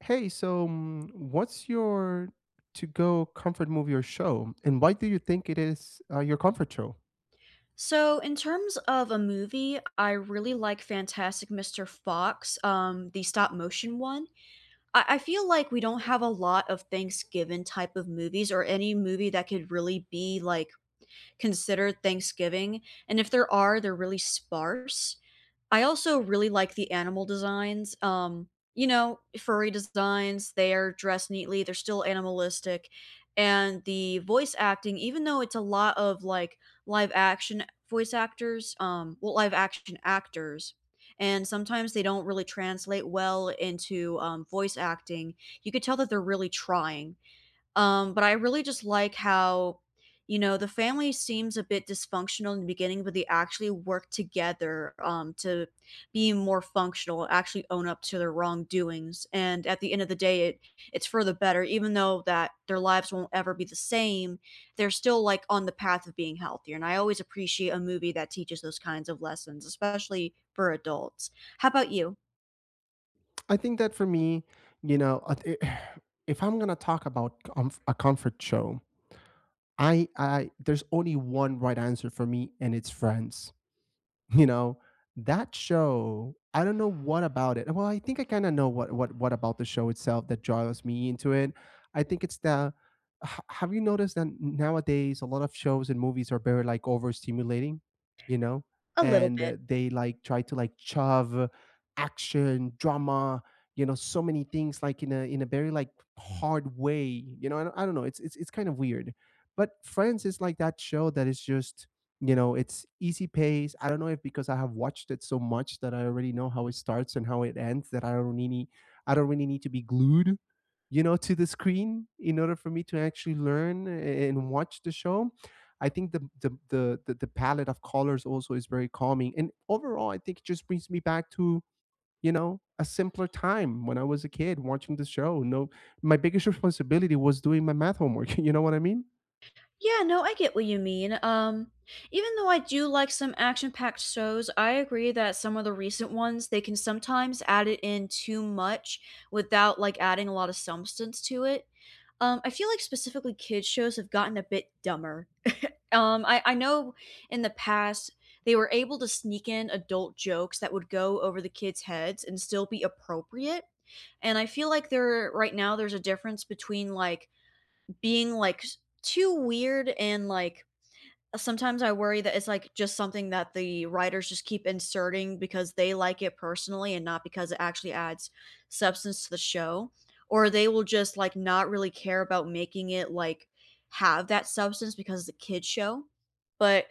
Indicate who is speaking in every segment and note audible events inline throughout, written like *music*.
Speaker 1: Hey, what's your to go comfort movie or show, and why do you think it is your comfort show?
Speaker 2: So, in terms of a movie, I really like Fantastic Mr. Fox, the stop motion one. I feel like we don't have a lot of Thanksgiving type of movies or any movie that could really be like considered Thanksgiving. And if there are, they're really sparse. I also really like the animal designs. You know, furry designs, they are dressed neatly, they're still animalistic. And the voice acting, even though it's a lot of like live action voice actors, well, live action actors, and sometimes they don't really translate well into voice acting, you could tell that they're really trying. But I really just like how, you know, the family seems a bit dysfunctional in the beginning, but they actually work together to be more functional, actually own up to their wrongdoings. And at the end of the day, it's for the better, even though that their lives won't ever be the same. They're still like on the path of being healthier. And I always appreciate a movie that teaches those kinds of lessons, especially for adults. How about you?
Speaker 1: I think that for me, you know, *sighs* if I'm gonna talk about a comfort show, I there's only one right answer for me, and it's Friends. You know, that show, I don't know what about it. Well, I think I kind of know what about the show itself that draws me into it. I think it's the have you noticed that nowadays a lot of shows and movies are very like overstimulating, you know?
Speaker 2: A little
Speaker 1: And
Speaker 2: bit.
Speaker 1: they like try to like shove action, drama, you know, so many things like in a very like hard way. You know, I don't know. It's kind of weird. But Friends is like that show that is just you know, it's easy pace. I don't know if because I have watched it so much that I already know how it starts and how it ends that I don't really need to be glued, you know, to the screen in order for me to actually learn and watch the show. I think the palette of colors also is very calming. And overall, I think it just brings me back to, you know, a simpler time when I was a kid watching the show. No my biggest *laughs* responsibility was doing my math homework. *laughs* You know what I mean?
Speaker 2: Yeah, no, I get what you mean. Even though I do like some action-packed shows, I agree that some of the recent ones, they can sometimes add it in too much without like adding a lot of substance to it. I feel like specifically kids shows have gotten a bit dumber. I know in the past they were able to sneak in adult jokes that would go over the kids' heads and still be appropriate. And I feel like there right now there's a difference between like being like too weird and like sometimes I worry that it's like just something that the writers just keep inserting because they like it personally and not because it actually adds substance to the show. Or they will just like not really care about making it like have that substance because it's a kid's show. But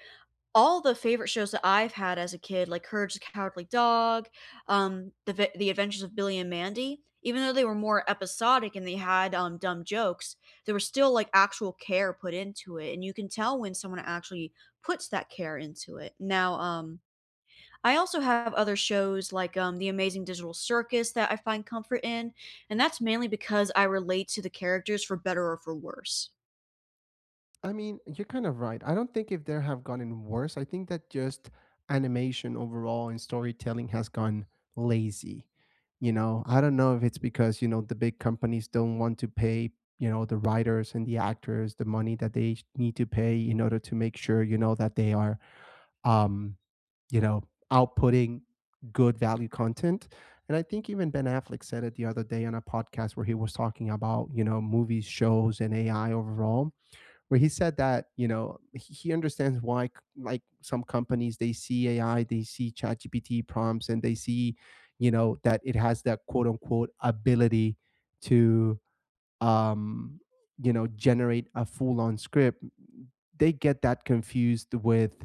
Speaker 2: all the favorite shows that I've had as a kid, like Courage the Cowardly Dog, The Adventures of Billy and Mandy, even though they were more episodic and they had, dumb jokes, there was still, like, actual care put into it, and you can tell when someone actually puts that care into it. Now, I also have other shows like, The Amazing Digital Circus that I find comfort in, and that's mainly because I relate to the characters for better or for worse.
Speaker 1: I mean, you're kind of right. I don't think if there have gotten worse. I think that just animation overall and storytelling has gone lazy. You know, I don't know if it's because, you know, the big companies don't want to pay, you know, the writers and the actors the money that they need to pay in order to make sure, you know, that they are um, you know, outputting good value content. And I think even Ben Affleck said it the other day on a podcast where he was talking about, you know, movies, shows, and AI overall where he said that you know he understands why like some companies they see AI they see ChatGPT prompts and they see you know that it has that quote unquote ability to um you know generate a full on script. They get that confused with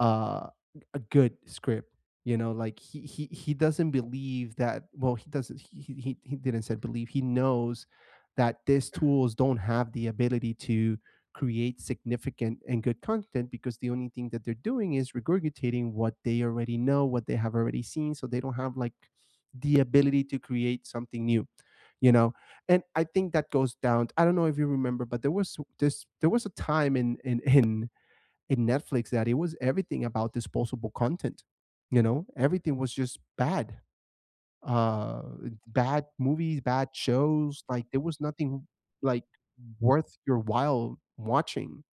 Speaker 1: uh a good script. You know, like he doesn't believe that. Well, he doesn't he didn't said believe, he knows that these *laughs* tools don't have the ability to create significant and good content, because the only thing that they're doing is regurgitating what they already know, what they have already seen. So they don't have like the ability to create something new, you know. And I think that goes down. I don't know if you remember, but there was a time in Netflix that it was everything about disposable content. You know, everything was just bad. Uh, bad movies, bad shows. Like there was nothing like worth your while watching.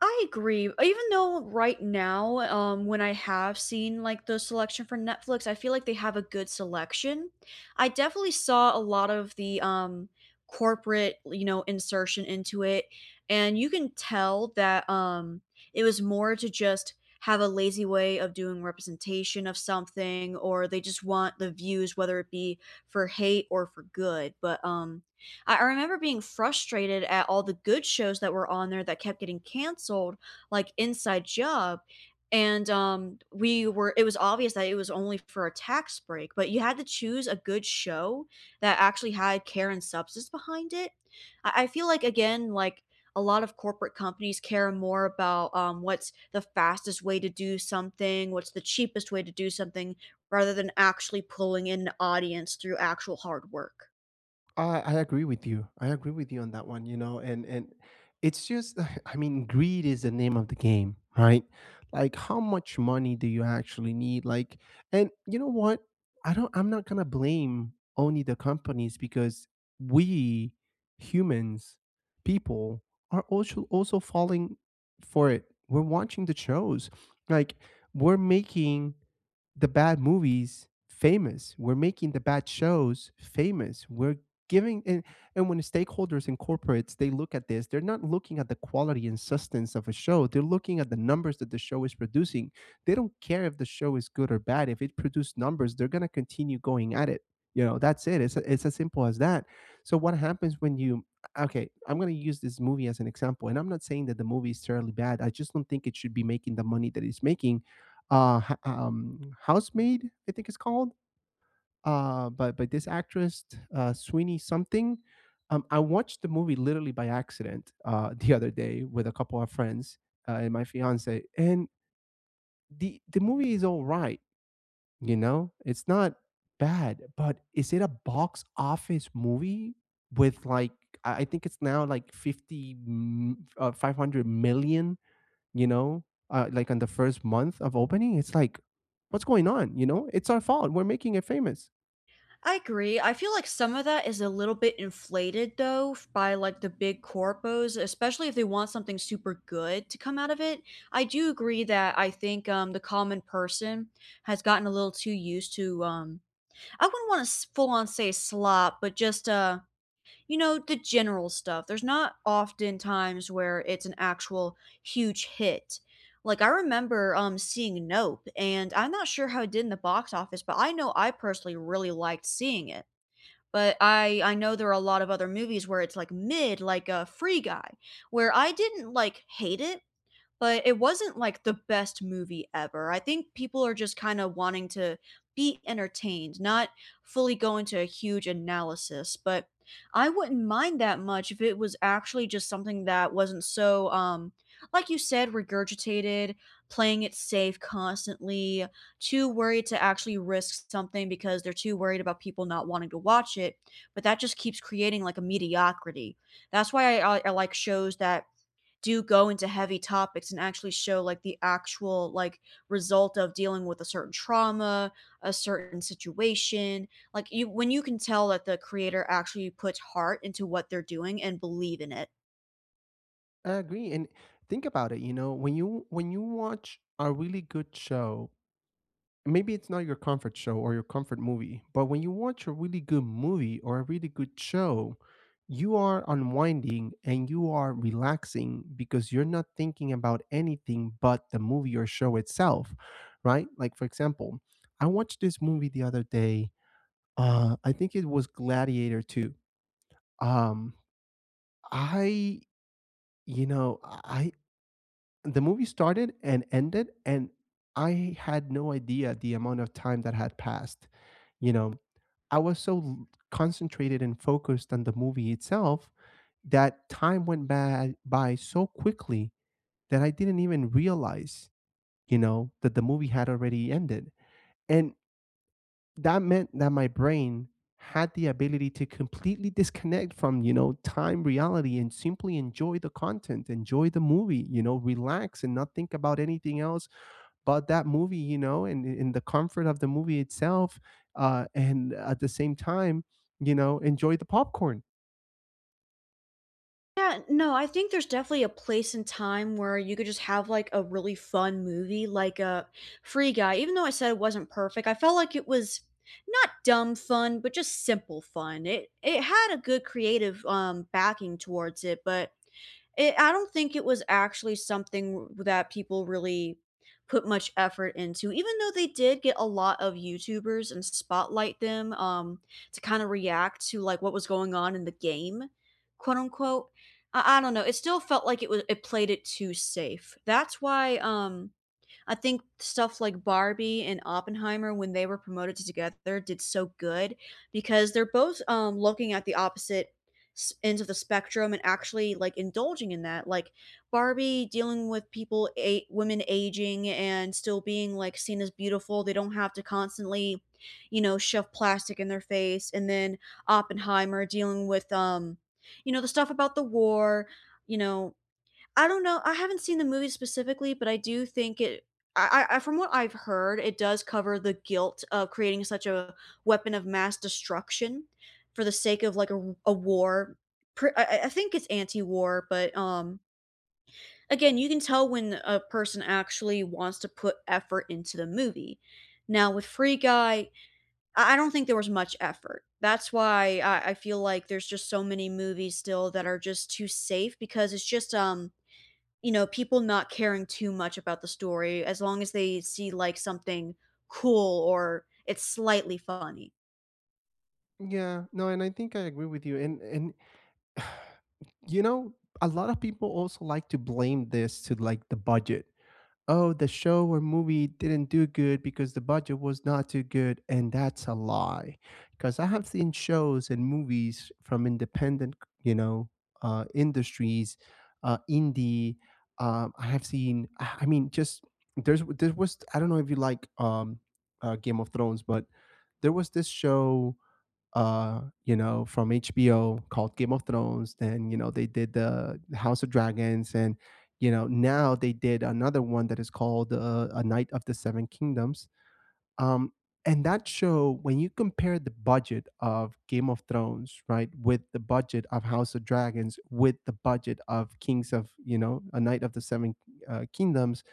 Speaker 2: I agree. Even though right now, when I have seen like the selection for Netflix, I feel like they have a good selection. I definitely saw a lot of the corporate, you know, insertion into it, and you can tell that it was more to just have a lazy way of doing representation of something, or they just want the views, whether it be for hate or for good. But I remember being frustrated at all the good shows that were on there that kept getting canceled, like Inside Job. And it was obvious that it was only for a tax break, but you had to choose a good show that actually had care and substance behind it. I feel like, again, like a lot of corporate companies care more about what's the fastest way to do something, what's the cheapest way to do something, rather than actually pulling in an audience through actual hard work.
Speaker 1: I agree with you. I agree with you on that one. You know, and it's just, *sighs* *laughs* I mean, greed is the name of the game, right? Like, how much money do you actually need? Like, and you know what? I don't. I'm not gonna blame only the companies, because we humans, people, are also falling for it. We're watching the shows, like we're making the bad movies famous. We're making the bad shows famous. We're giving and when stakeholders and corporates, they look at this, they're not looking at the quality and substance of a show, they're looking at the numbers that the show is producing. They don't care if the show is good or bad, if it produced numbers they're going to continue going at it. You know, that's it. It's as simple as that. So what happens when you okay, I'm going to use this movie as an example, and I'm not saying that the movie is terribly bad, I just don't think it should be making the money that it's making. uh Housemaid, I think it's called, by this actress, Sweeney something. I watched the movie literally by accident *laughs* the other day with a couple of friends, and my fiance, and the movie is all right. You know, it's not bad, but is it a box office movie with like I think it's now like 500 million, you know, like on the first month of opening. It's like, what's going on? You know, it's our fault. We're making it famous.
Speaker 2: I agree. I feel like some of that is a little bit inflated though by like the big corpos, especially if they want something super good to come out of it. I do agree that I think the common person has gotten a little too used to I wouldn't want to full on say slop, but just you know, the general stuff. There's not often times where it's an actual huge hit. Like I remember seeing Nope, and I'm not sure how it did in the box office, but I know I personally really liked seeing it. But I know there are a lot of other movies where it's, like, mid, like, a Free Guy, where I didn't, like, hate it, but it wasn't like the best movie ever. I think people are just kind of wanting to be entertained, not fully go into a huge analysis, but I wouldn't mind that much if it was actually just something that wasn't so like you said regurgitated, playing it safe constantly, too worried to actually risk something because they're too worried about people not wanting to watch it, but that just keeps creating like a mediocrity. That's why I like shows that do go into heavy topics and actually show like the actual like result of dealing with a certain trauma, a certain situation. Like you when you can tell that the creator actually puts heart into what they're doing and believe in it.
Speaker 1: I agree. And think about it, you know, when you watch a really good show, maybe it's not your comfort show or your comfort movie, but when you watch a really good movie or a really good show, you are unwinding and you are relaxing because you're not thinking about anything but the movie or show itself, right? Like for example, I watched this movie the other day. I think it was Gladiator 2. Um I you know, I the movie started and ended, and I had no idea the amount of time that had passed. You know, I was so concentrated and focused on the movie itself that time went by so quickly that I didn't even realize, you know, that the movie had already ended. And that meant that my brain had the ability to completely disconnect from, you know, time, reality, and simply enjoy the content, enjoy the movie, you know, relax and not think about anything else but that movie, you know, and in the comfort of the movie itself. And at the same time, you know, enjoy the popcorn.
Speaker 2: Yeah, no, I think there's definitely a place and time where you could just have like a really fun movie like a Free Guy. Even though I said it wasn't perfect, I felt like it was not dumb fun, but just simple fun. It had a good creative backing towards it, but It I don't think it was actually something that people really put much effort into, even though they did get a lot of YouTubers and spotlight them, to kinda react to, like, what was going on in the game, quote, unquote. I don't know, it still felt like it was it played it too safe. That's why, I think stuff like Barbie and Oppenheimer, when they were promoted together, did so good because they're both looking at the opposite ends of the spectrum and actually like indulging in that. Like Barbie dealing with people, women aging and still being like seen as beautiful. They don't have to constantly, you know, shove plastic in their face. And then Oppenheimer dealing with, you know, the stuff about the war. You know, I don't know, I haven't seen the movie specifically, but I do think it I from what I've heard, it does cover the guilt of creating such a weapon of mass destruction for the sake of, like, a war. Pr I think it's anti-war, but, again, you can tell when a person actually wants to put effort into the movie. Now with Free Guy, I don't think there was much effort. That's why I feel like there's just so many movies still that are just too safe because it's just, you know, people not caring too much about the story as long as they see like something cool or it's slightly funny.
Speaker 1: Yeah, no, and I think I agree with you, and *sighs* you know, a lot of people also like to blame this to like the budget. Oh, the show or movie didn't do good because the budget was not too good. And that's a lie. Because I have seen shows and movies from independent, you know, industries, indie. I have seen, I mean, just there was, I don't know if you like Game of Thrones, but there was this show, you know, from HBO called Game of Thrones. Then, you know, they did the House of Dragons. And, you know, now they did another one that is called A Knight of the Seven Kingdoms. Um, and that show, when you compare the budget of Game of Thrones, right, with the budget of House of Dragons, with the budget of Kings of, you know, A Knight of the Seven Kingdoms,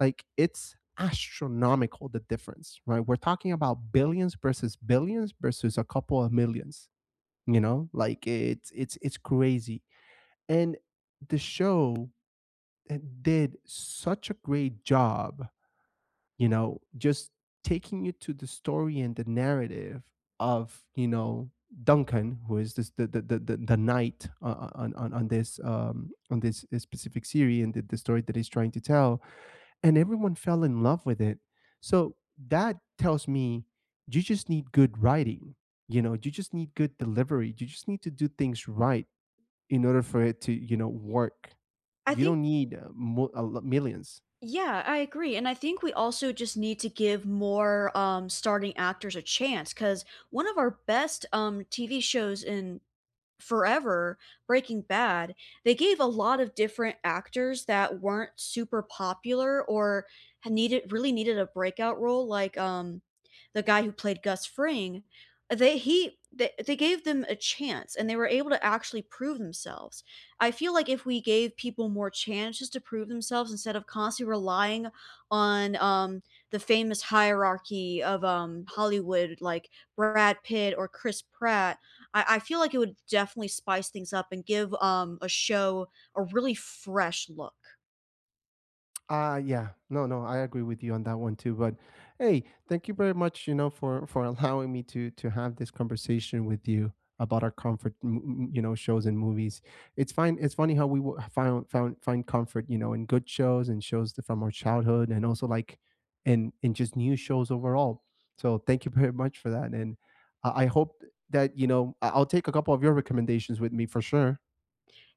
Speaker 1: like it's astronomical the difference, right? We're talking about billions versus a couple of millions. You know, like it's crazy. And the show did such a great job, you know, just taking you to the story and the narrative of, you know, Duncan, who is this the knight on this specific series, and the story that he's trying to tell, and everyone fell in love with it. So that tells me you just need good writing. You know, you just need good delivery. You just need to do things right in order for it to, you know, work.
Speaker 2: I
Speaker 1: You
Speaker 2: think
Speaker 1: don't need millions.
Speaker 2: Yeah, I agree. And I think we also just need to give more starting actors a chance cuz one of our best TV shows in forever Breaking Bad, they gave a lot of different actors that weren't super popular or had needed really needed a breakout role, like the guy who played Gus Fring. They gave them a chance and they were able to actually prove themselves. I feel like if we gave people more chances to prove themselves instead of constantly relying on the famous hierarchy of Hollywood like Brad Pitt or Chris Pratt. I feel like it would definitely spice things up and give a show a really fresh look.
Speaker 1: Yeah. No, no, I agree with you on that one too. But hey, thank you very much, you know, for *laughs* allowing me to have this conversation with you about our comfort you know shows and movies. It's fine, it's funny how we wo- found found find comfort, you know, in good shows and shows that from our childhood and also like in just new shows overall. So thank you very much for that, and I hope that, you know, I'll take a couple of your recommendations with me for sure.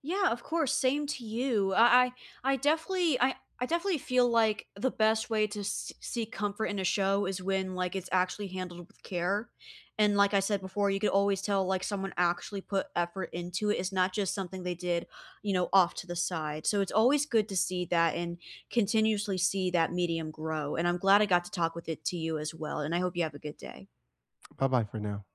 Speaker 2: Yeah, of course. Same to you. I definitely feel like the best way to seek comfort in a show is when like it's actually handled with care. And like I said before, you could always tell like someone actually put effort into it. It's not just something they did, you know, off to the side. So it's always good to see that and continuously see that medium grow. And I'm glad I got to talk with it to you as well. And I hope you have a good day.
Speaker 1: Bye-bye for now.